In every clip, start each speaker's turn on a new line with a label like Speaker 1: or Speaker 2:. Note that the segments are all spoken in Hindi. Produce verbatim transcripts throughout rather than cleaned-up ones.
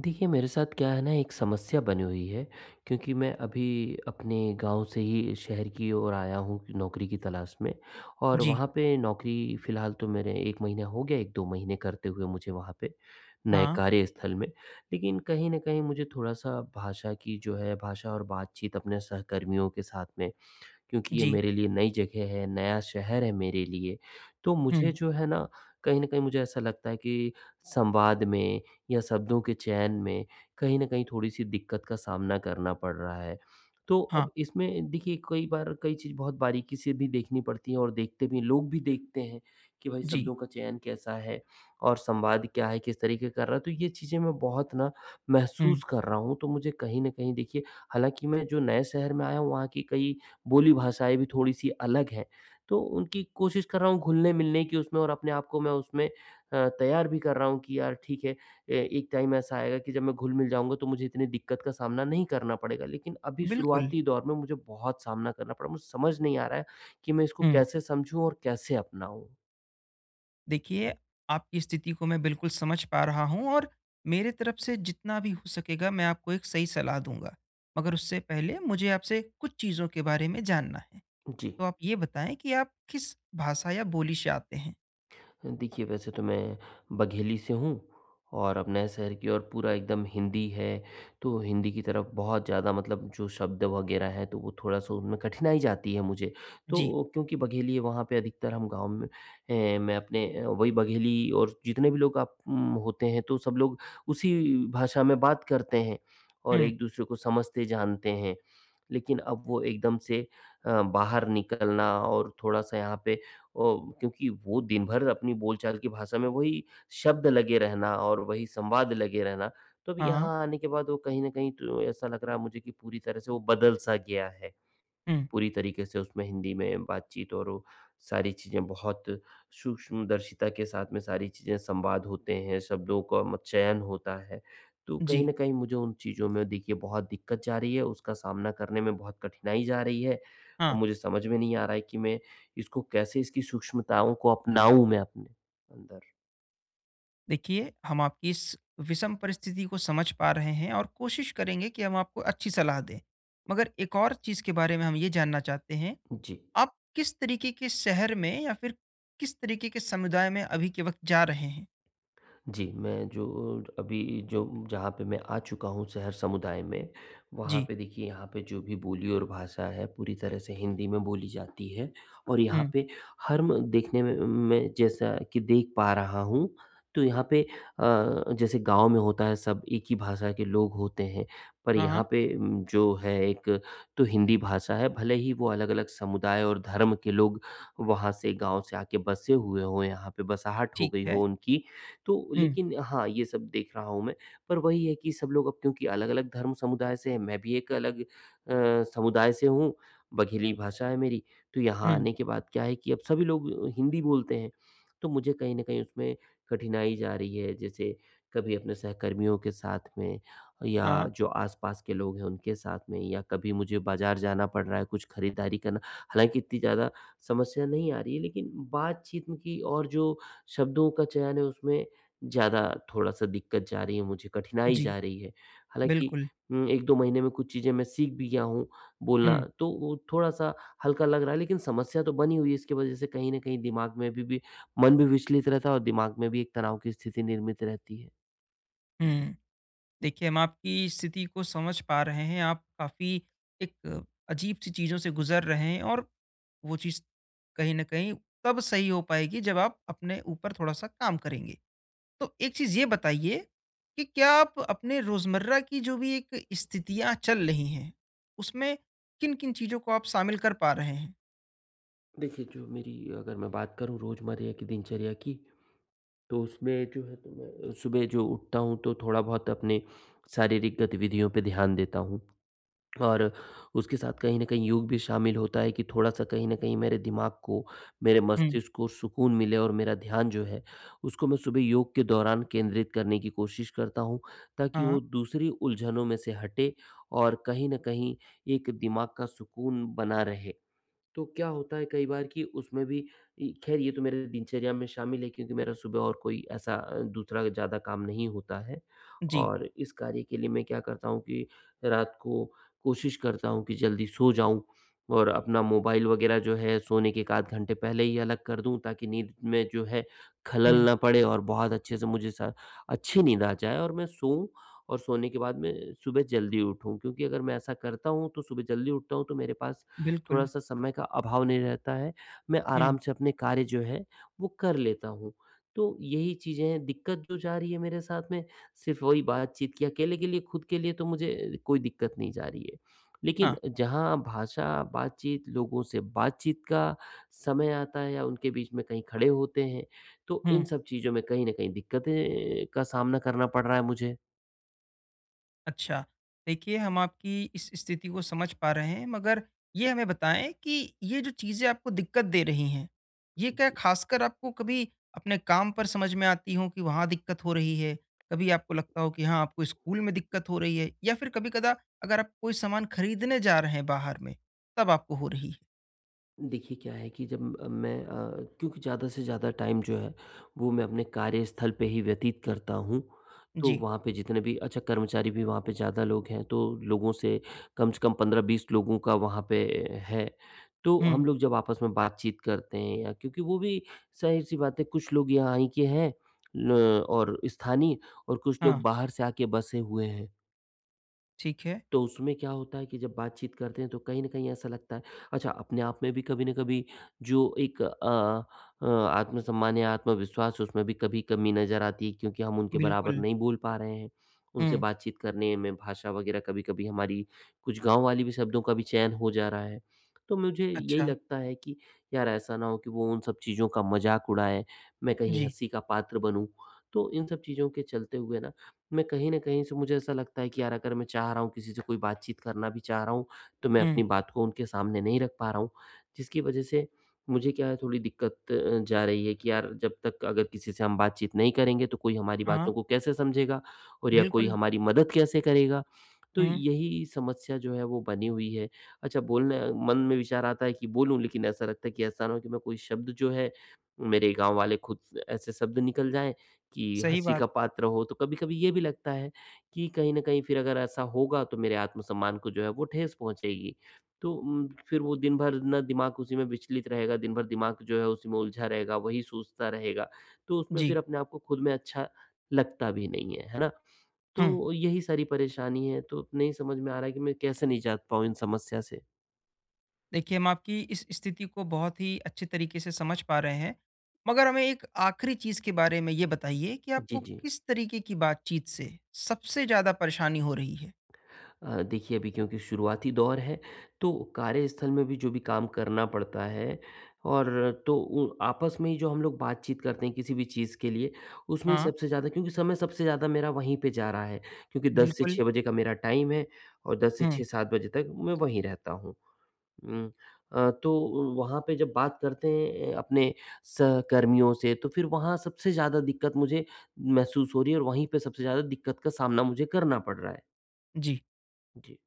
Speaker 1: देखिए, मेरे साथ क्या है ना, एक समस्या बनी हुई है। क्योंकि मैं अभी अपने गाँव से ही शहर की ओर आया हूँ नौकरी की तलाश में। और
Speaker 2: जी।
Speaker 1: वहाँ पे नौकरी फ़िलहाल तो मेरे एक महीना हो गया, एक दो महीने करते हुए मुझे वहाँ पे, नए
Speaker 2: हाँ।
Speaker 1: कार्यस्थल में। लेकिन कहीं न कहीं मुझे थोड़ा-सा भाषा की जो है भाषा और बातचीत अपने सहकर्मियों के साथ में, क्योंकि ये
Speaker 2: जी।
Speaker 1: मेरे लिए नई जगह है, नया शहर है मेरे लिए। तो
Speaker 2: हुँ।
Speaker 1: मुझे जो है ना, कहीं न कहीं मुझे ऐसा लगता है कि संवाद में या शब्दों के चयन में कहीं न कहीं थोड़ी-सी दिक्कत का सामना करना पड़ रहा है। तो
Speaker 2: हाँ।
Speaker 1: अब इसमें देखिए, कई बार कई चीज़ बहुत बारीकी से भी देखनी पड़ती है और देखते भी हैं, लोग भी देखते हैं कि भाई
Speaker 2: जी।
Speaker 1: शब्दों का चयन कैसा है और संवाद क्या है, किस तरीके कर रहा है। तो ये चीज़ें मैं बहुत ना
Speaker 2: हुँ।
Speaker 1: महसूस कर रहा हूँ, तो मुझे कहीं न कहीं देखिए, हालाँकि मैं जो नए शहर में आया हूँ, वहाँ की कई बोली भाषाएँ भी थोड़ी-सी अलग हैं, तो उनकी कोशिश कर रहा हूँ घुलने-मिलने की उसमें और अपने आप को मैं उसमें अ, तैयार भी कर रहा हूँ कि यार ठीक है, अ, एक टाइम ऐसा आएगा कि जब मैं घुल-मिल जाऊँगा तो मुझे इतनी दिक्कत का सामना नहीं करना पड़ेगा। लेकिन अभी
Speaker 2: बिल्कुल।
Speaker 1: शुरुआती दौर में मुझे बहुत सामना करना पड़ा, मुझे समझ नहीं आ रहा है कि मैं इसको
Speaker 2: हुँ।
Speaker 1: कैसे समझूँ और कैसे अपनाऊँ?
Speaker 2: देखिए, आपकी स्थिति को मैं बिल्कुल समझ पा रहा हूँ और मेरे तरफ से जितना भी हो सकेगा मैं आपको एक सही सलाह दूँगा। मगर उससे पहले मुझे आपसे कुछ चीज़ों के बारे में जानना है।
Speaker 1: जी।
Speaker 2: तो आप ये बताएँ कि आप किस भाषा या बोली से आते हैं?
Speaker 1: देखिए, वैसे तो मैं बघेली से हूँ और अब नए शहर की ओर पूरा एकदम हिंदी है, तो हिंदी की तरफ बहुत ज़्यादा मतलब जो शब्द वगैरह हैं तो वो थोड़ा-सा उनमें कठिनाई जाती है मुझे।
Speaker 2: जी।
Speaker 1: तो क्योंकि बघेली है वहाँ पे अधिकतर हम गाँव में ए, मैं अपने अ, वही बघेली और जितने भी लोग आप उम, होते हैं तो सब लोग उसी भाषा में बात करते हैं और
Speaker 2: हुँ।
Speaker 1: एक-दूसरे को समझते जानते हैं। लेकिन अब वो एकदम से अ, बाहर निकलना और थोड़ा-सा यहाँ पे ओ, क्योंकि वो दिन भर अपनी बोलचाल की भाषा में वही शब्द लगे रहना और वही संवाद लगे रहना, तो अब
Speaker 2: हाँ।
Speaker 1: यहाँ आने के बाद वो कहीं न कहीं तो ऐसा लग रहा है मुझे कि पूरी तरह से वो बदल-सा गया है।
Speaker 2: हुँ।
Speaker 1: पूरी तरीके से उसमें हिंदी में बातचीत और वो सारी चीज़ें बहुत सूक्ष्मदर्शिता के साथ में सारी चीज़ें संवाद होते हैं, शब्दों का म चयन होता है। तो कहीं
Speaker 2: जी।
Speaker 1: न कहीं मुझे उन चीज़ों में देखिए बहुत दिक्कत जा रही है, उसका सामना करने में बहुत कठिनाई जा रही है। अब
Speaker 2: हाँ।
Speaker 1: मुझे समझ में नहीं आ रहा है कि मैं इसको कैसे, इसकी सूक्ष्मताओं को अपनाऊँ मैं अपने अंदर?
Speaker 2: देखिए, हम आपकी इस विषम परिस्थिति को समझ पा रहे हैं और कोशिश करेंगे कि हम आपको अच्छी सलाह दें। मगर एक और चीज़ के बारे में हम ये जानना चाहते हैं,
Speaker 1: जी।
Speaker 2: आप किस तरीके के शहर में या फिर किस तरीके के समुदाय में अभी के वक़्त जा रहे हैं?
Speaker 1: जी, मैं जो अभी जो जहाँ पे मैं आ चुका हूँ शहर समुदाय में, वहाँ
Speaker 2: जी।
Speaker 1: पे देखिए यहाँ पे जो भी बोली और भाषा है पूरी तरह से हिंदी में बोली जाती है। और यहाँ
Speaker 2: हुँ।
Speaker 1: पे हर म देखने में मैं जैसा कि देख पा रहा हूँ, तो यहाँ पे अ, जैसे गाँव में होता है सब एक ही भाषा के लोग होते हैं, पर
Speaker 2: हाँ,
Speaker 1: यहाँ
Speaker 2: हाँ।
Speaker 1: पे उम, जो है एक तो हिंदी भाषा है, भले ही वो अलग-अलग समुदाय और धर्म के लोग वहाँ से गाँव से आके बसे हुए हों, यहाँ पे बसाहट हो
Speaker 2: ठीक
Speaker 1: गई
Speaker 2: है।
Speaker 1: हो उनकी, तो
Speaker 2: हुँ,
Speaker 1: लेकिन हाँ, ये सब देख रहा हूँ मैं, पर वही है कि सब लोग अब क्योंकि अलग-अलग धर्म समुदाय से हैं, मैं भी एक अलग अ, समुदाय से हूँ, बघेली भाषा है मेरी, तो यहाँ
Speaker 2: हुँ।
Speaker 1: आने के बाद क्या है कि अब सभी लोग हिंदी बोलते हैं, तो मुझे कहीं न कहीं उसमें कठिनाई जा रही है। जैसे कभी अपने सहकर्मियों के साथ में या
Speaker 2: हाँ,
Speaker 1: जो आस-पास के लोग हैं, उनके साथ में या कभी मुझे बाज़ार जाना पड़ रहा है, कुछ खरीदारी करना, हालाँकि इतनी ज़्यादा समस्या नहीं आ रही है, लेकिन बातचीत में की और जो शब्दों का चयन है, उसमें ज़्यादा थोड़ा-सा दिक्कत जा रही है मुझे, कठिनाई
Speaker 2: जी।
Speaker 1: जा रही है। हालाँकि
Speaker 2: बिल्कुल।
Speaker 1: उम, एक दो महीने में कुछ चीज़ें मैं सीख भी गया हूँ बोलना,
Speaker 2: हुँ,
Speaker 1: तो वो थोड़ा-सा हल्का लग रहा है, लेकिन समस्या तो बनी हुई है, इसकी वजह से कहीं न कहीं दिमाग में अभी भी मन भी विचलित रहता है और दिमाग में भी एक तनाव की स्थिति निर्मित रहती है।
Speaker 2: हुँ। देखिए, हम आपकी स्थिति को समझ पा रहे हैं। आप काफ़ी एक अजीब-सी चीज़ों से गुज़र रहे हैं और वो चीज़ कहीं न कहीं तब सही हो पाएगी जब आप अपने ऊपर थोड़ा-सा काम करेंगे। तो एक चीज़ ये बताइए कि क्या आप अपने रोज़मर्रा की जो भी एक स्थितियाँ चल रही हैं, उसमें किन-किन चीज़ों को आप शामिल कर पा रहे हैं?
Speaker 1: देखिए, जो मेरी अगर मैं बात करूँ रोज़मर्रा की दिनचर्या की, तो उसमें जो है तो मैं सुबह जो उठता हूँ तो थोड़ा-बहुत अपने शारीरिक गतिविधियों पे ध्यान देता हूँ। और उसके साथ कहीं न कहीं योग भी शामिल होता है कि थोड़ा-सा कहीं न कहीं मेरे दिमाग को, मेरे
Speaker 2: हुँ।
Speaker 1: मस्तिष्क को सुकून मिले और मेरा ध्यान जो है, उसको मैं सुबह योग के दौरान केंद्रित करने की कोशिश करता हूँ, ताकि
Speaker 2: हाँ,
Speaker 1: वो दूसरी उलझनों में से हटे और कहीं न कहीं एक दिमाग का सुकून बना रहे। तो क्या होता है कई बार कि उसमें भी इ खैर ये तो मेरे दिनचर्या में शामिल है, क्योंकि मेरा सुबह और कोई ऐसा अ, दूसरा ज़्यादा काम नहीं होता है।
Speaker 2: जी।
Speaker 1: और इस कार्य के लिए मैं क्या करता हूँ कि रात को कोशिश करता हूँ कि जल्दी सो जाऊँ और अपना मोबाइल वग़ैरह जो है सोने के एक आध घंटे पहले ही अलग कर दूँ ताकि नींद में जो है खलल
Speaker 2: हुँ,
Speaker 1: ना पड़े और बहुत अच्छे से मुझे स अच्छी नींद आ जाए और मैं सोऊँ और सोने के बाद मैं सुबह जल्दी उठूँ, क्योंकि अगर मैं ऐसा करता हूँ तो सुबह जल्दी उठता हूँ तो मेरे पास
Speaker 2: बिल्कुल।
Speaker 1: थोड़ा-सा समय का अभाव नहीं रहता है, मैं
Speaker 2: हुँ,
Speaker 1: आराम से अपने कार्य जो है वो कर लेता हूँ। तो यही चीज़ें हैं, दिक्कत जो जा रही है मेरे साथ में, सिर्फ़ वही बातचीत की, अकेले के लिए खुद के लिए तो मुझे कोई दिक्कत नहीं जा रही है। लेकिन
Speaker 2: हाँ।
Speaker 1: जहाँ भाषा, बातचीत, लोगों से बातचीत का समय आता है या उनके बीच में कहीं खड़े होते हैं, तो
Speaker 2: हुँ।
Speaker 1: इन सब चीज़ों में कहीं न कहीं दिक्कतें का सामना करना पड़ रहा है मुझे।
Speaker 2: अच्छा, देखिए हम आपकी इस स्थिति को समझ पा रहे हैं मगर ये हमें बताएँ कि ये जो चीज़ें आपको दिक्कत दे रही हैं, ये क्या
Speaker 1: जी।
Speaker 2: ख़ासकर आपको कभी अपने काम पर समझ में आती हों कि वहाँ दिक्कत हो रही है? कभी आपको लगता हो कि हाँ, आपको स्कूल में दिक्कत हो रही है या फिर कभी-कदा अगर आप कोई सामान खरीदने जा रहे हैं बाहर में, तब आपको हो रही है?
Speaker 1: देखिए, क्या है कि जब अ, मैं अ, क्योंकि ज़्यादा से ज़्यादा टाइम जो है वो मैं अपने कार्यस्थल पे ही व्यतीत करता हूँ। तो
Speaker 2: जी।
Speaker 1: वहाँ पे जितने भी अच्छा कर्मचारी भी वहाँ पे ज़्यादा लोग हैं तो लोगों से कम से कम पंद्रह बीस लोगों का वहाँ पे है। तो
Speaker 2: हुँ,
Speaker 1: हम लोग जब आपस में बातचीत करते हैं या क्योंकि वो भी ज़ाहिर-सी बात है, कुछ लोग यहाँ ही के हैं ल और स्थानीय और कुछ
Speaker 2: हाँ,
Speaker 1: लोग बाहर से आके बसे हुए हैं।
Speaker 2: ठीक है।
Speaker 1: तो उसमें क्या होता है कि जब बातचीत करते हैं तो कहीं न कहीं ऐसा लगता है, अच्छा अपने आप में भी कभी न कभी जो एक अ अ, आत्मसम्मान या आत्मविश्वास है, उसमें भी कभी कमी नज़र आती है क्योंकि हम उनके बराबर
Speaker 2: बिल्कुल।
Speaker 1: नहीं बोल पा रहे हैं। उनसे
Speaker 2: हुँ,
Speaker 1: बातचीत करने में भाषा वग़ैरह कभी-कभी हमारी कुछ गाँव वाली भी शब्दों का भी चयन हो जा रहा है। तो मुझे यही
Speaker 2: अच्छा।
Speaker 1: लगता है कि यार ऐसा ना हो कि वो उन सब चीज़ों का मज़ाक उड़ाएँ, मैं कहीं
Speaker 2: जी।
Speaker 1: हँसी का पात्र बनूँ। तो इन सब चीज़ों के चलते हुए ना मैं कहीं न कहीं से मुझे ऐसा लगता है कि यार अगर मैं चाह रहा हूँ किसी से कोई बातचीत करना भी चाह रहा हूँ, तो मैं
Speaker 2: हुँ,
Speaker 1: अपनी बात को उनके सामने नहीं रख पा रहा हूँ। जिसकी वजह से मुझे क्या है थोड़ी दिक्कत अ, जा रही है कि यार जब तक अगर किसी से हम बातचीत नहीं करेंगे तो कोई हमारी
Speaker 2: हाँ,
Speaker 1: बातों को कैसे समझेगा और या कोई
Speaker 2: बिल्कुल।
Speaker 1: हमारी मदद कैसे करेगा? तो
Speaker 2: हुँ,
Speaker 1: यही समस्या जो है वो बनी हुई है। अच्छा बोलने मन में विचार आता है कि बोलूँ लेकिन ऐसा लगता है कि ऐसा ना हो कि मैं कोई शब्द जो है मेरे गाँव वाले खुद ऐसे शब्द निकल जाएँ कि
Speaker 2: सही
Speaker 1: हँसी
Speaker 2: बात।
Speaker 1: का पात्र हो, तो कभी-कभी ये भी लगता है कि कहीं न कहीं फिर अगर ऐसा होगा तो मेरे आत्मसम्मान को जो है वो ठेस पहुँचेगी। तो उम, फिर वो दिन भर ना दिमाग उसी में विचलित रहेगा, दिन भर दिमाग जो है उसी में उलझा रहेगा, वही सोचता रहेगा, तो उसमें फिर
Speaker 2: जी,
Speaker 1: अपने आप को खुद में अच्छा लगता भी नहीं है, है ना?
Speaker 2: हुँ।
Speaker 1: तो यही सारी परेशानी है, तो नहीं समझ में आ रहा है कि मैं कैसे निजात पाऊँ इन समस्या से?
Speaker 2: देखिए, हम आपकी इस स्थिति को बहुत ही अच्छे तरीके से समझ पा रहे हैं। मगर हमें एक आखिरी चीज़ के बारे में ये बताइए कि
Speaker 1: जी,
Speaker 2: आपको
Speaker 1: जी।
Speaker 2: किस तरीके की बातचीत से सबसे ज़्यादा परेशानी हो रही है?
Speaker 1: अ, देखिए, अभी क्योंकि शुरुआती दौर है तो कार्यस्थल में भी जो भी काम करना पड़ता है और तो उ आपस में ही जो हम लोग बातचीत करते हैं किसी भी चीज़ के लिए उसमें
Speaker 2: हाँ,
Speaker 1: सबसे ज़्यादा, क्योंकि समय सबसे ज़्यादा मेरा वहीं पे जा रहा है क्योंकि दस से
Speaker 2: बिल्कुल।
Speaker 1: छह बजे का मेरा टाइम है और दस से
Speaker 2: हुँ,
Speaker 1: छह सात बजे तक मैं वहीं रहता हूँ। उम, अ, तो वहाँ पे जब बात करते हैं अ, अपने सहकर्मियों से तो फिर वहाँ सबसे ज़्यादा दिक्कत मुझे महसूस हो रही है और वहीं पे सबसे ज़्यादा दिक्कत का सामना मुझे करना पड़ रहा है।
Speaker 2: जी।
Speaker 1: जी,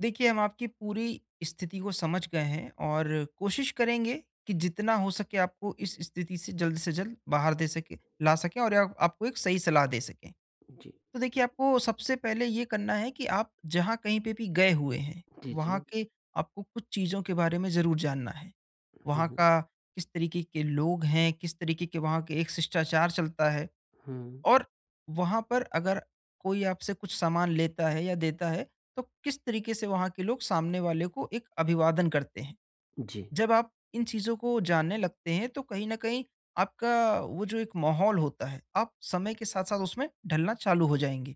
Speaker 2: देखिए, हम आपकी पूरी स्थिति को समझ गए हैं और कोशिश करेंगे कि जितना हो सके आपको इस स्थिति से जल्द से जल्द बाहर दे सके ला सकें और आप आपको एक सही सलाह दे सकें।
Speaker 1: जी।
Speaker 2: तो देखिए आपको सबसे पहले ये करना है कि आप जहाँ कहीं पे भी गए हुए हैं
Speaker 1: जी,
Speaker 2: वहाँ
Speaker 1: जी।
Speaker 2: के आपको कुछ चीज़ों के बारे में ज़रूर जानना है।
Speaker 1: हुँ,
Speaker 2: वहाँ
Speaker 1: हुँ,
Speaker 2: का किस तरीके के लोग हैं, किस तरीके के वहाँ के एक शिष्टाचार चलता है,
Speaker 1: हुँ।
Speaker 2: और वहाँ पर अगर कोई आपसे कुछ सामान लेता है या देता है तो किस तरीके से वहाँ के लोग सामने वाले को एक अभिवादन करते हैं।
Speaker 1: जी,
Speaker 2: जब आप इन चीज़ों को जानने लगते हैं तो कहीं ना कहीं आपका वो जो एक माहौल होता है आप समय के साथ साथ उसमें ढलना चालू हो जाएंगे।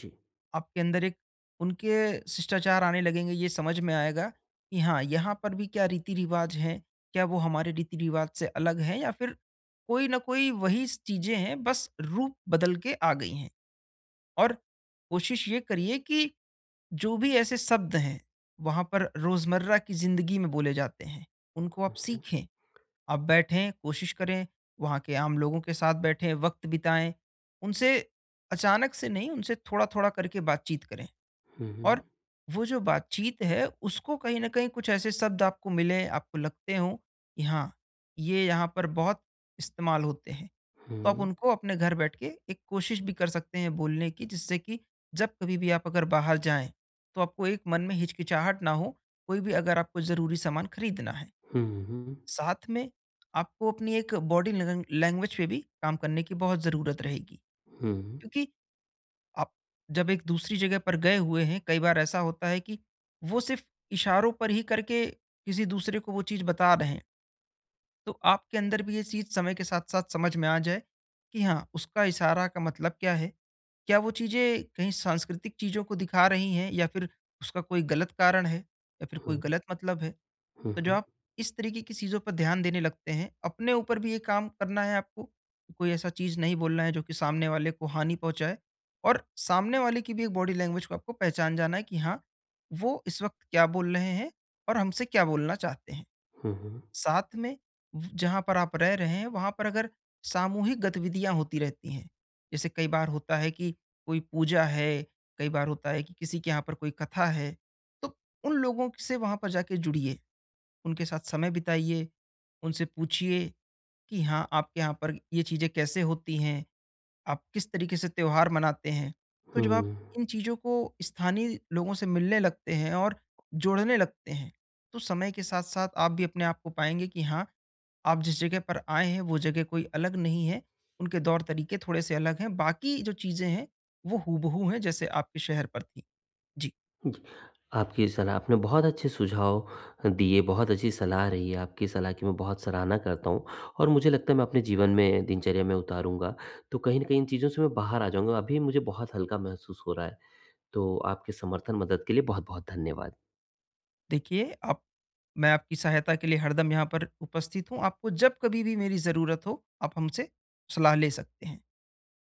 Speaker 1: जी।
Speaker 2: आपके अंदर एक उनके शिष्टाचार आने लगेंगे, ये समझ में आएगा कि हाँ, यहाँ पर भी क्या रीति-रिवाज हैं, क्या वो हमारे रीति-रिवाज से अलग हैं या फिर कोई न कोई वही स चीज़ें हैं, बस रूप बदल के आ गई हैं। और कोशिश ये करिए कि जो भी ऐसे शब्द हैं, वहाँ पर रोज़मर्रा की ज़िंदगी में बोले जाते हैं, उनको आप
Speaker 1: हुँ,
Speaker 2: सीखें। आप बैठें, कोशिश करें, वहाँ के आम लोगों के साथ बैठें, वक़्त बिताएँ, उनसे अचानक से नहीं, उनसे थोड़ा-थोड़ा करके बातचीत करें।
Speaker 1: हुँ, हुँ,
Speaker 2: और वो जो बातचीत है उसको कहीं न कहीं कुछ ऐसे शब्द आपको मिले, आपको लगते हों कि हाँ, ये यहाँ पर बहुत इस्तेमाल होते हैं। तो आप
Speaker 1: हुँ,
Speaker 2: उनको अपने घर बैठ के एक कोशिश भी कर सकते हैं बोलने की जिससे कि जब कभी भी आप अगर बाहर जाएँ, तो आपको एक मन में हिचकिचाहट ना हो, कोई भी अगर आपको ज़रूरी सामान खरीदना है।
Speaker 1: हुँ, हुँ,
Speaker 2: साथ में आपको अपनी एक बॉडी लैंग लैंग्वेज पे भी काम करने की बहुत ज़रूरत रहेगी।
Speaker 1: हुँ,
Speaker 2: क्योंकि आप जब एक दूसरी जगह पर गए हुए हैं, कई बार ऐसा होता है कि वो सिर्फ़ इशारों पर ही करके किसी दूसरे को वो चीज़ बता रहे हैं। तो आपके अंदर भी ये चीज़ समय के साथ-साथ समझ में आ जाए कि हाँ, उसका इशारा का मतलब क्या है? क्या वो चीज़ें कहीं सांस्कृतिक चीज़ों को दिखा रही हैं या फिर उसका कोई गलत कारण है या फिर
Speaker 1: हुँ,
Speaker 2: कोई
Speaker 1: हुँ,
Speaker 2: गलत मतलब है? तो जब
Speaker 1: हुँ,
Speaker 2: आप इस तरीके की चीज़ों पर ध्यान देने लगते हैं, अपने ऊपर भी ये काम करना है आपको, कि कोई ऐसा चीज़ नहीं बोलना है जो कि सामने वाले को हानि पहुँचाए और सामने वाले की भी एक बॉडी लैंग्वेज को आपको पहचान जाना है कि हाँ, वो इस वक़्त क्या बोल रहे हैं और हमसे क्या बोलना चाहते हैं।
Speaker 1: हुँ,
Speaker 2: साथ में व जहाँ पर आप रह रहे हैं, वहाँ पर अगर सामूहिक गतिविधियाँ होती रहती हैं, जैसे कई बार होता है कि कोई पूजा है, कई बार होता है कि किसी के यहाँ पर कोई कथा है, तो उन लोगों से वहाँ पर जाके जुड़िए। उनके साथ समय बिताइए, उनसे पूछिए कि हाँ, आपके यहाँ पर ये चीज़ें कैसे होती हैं? आप किस तरीके से त्योहार मनाते हैं? तो
Speaker 1: हुँ,
Speaker 2: जब आप
Speaker 1: हुँ।
Speaker 2: इन चीज़ों को स्थानीय लोगों से मिलने लगते हैं और जोड़ने लगते हैं, तो समय के साथ-साथ आप भी अपने आप को पाएँगे कि हाँ, आप जिस जगह पर आए हैं, वो जगह कोई अलग नहीं है, उनके दौर तरीके थोड़े-से अलग हैं, बाकी जो चीज़ें हैं, वो हूबहू हैं जैसे आपके शहर पर थी। जी।
Speaker 1: जी, आपकी सलाह आपने बहुत अच्छे सुझाव दिए, बहुत अच्छी सलाह रही है, आपकी सलाह की मैं बहुत सराहना करता हूँ और मुझे लगता है मैं अपने जीवन में दिनचर्या में उतारूँगा, तो कहीं न कहीं इन चीज़ों से मैं बाहर आ जाऊँगा, अभी मुझे बहुत हल्का महसूस हो रहा है। तो आपके समर्थन मदद के लिए बहुत-बहुत धन्यवाद।
Speaker 2: देखिए, आप, मैं आपकी सहायता के लिए हरदम यहाँ पर उपस्थित हूँ। आपको जब कभी भी मेरी ज़रूरत हो, आप हमसे सलाह ले सकते हैं।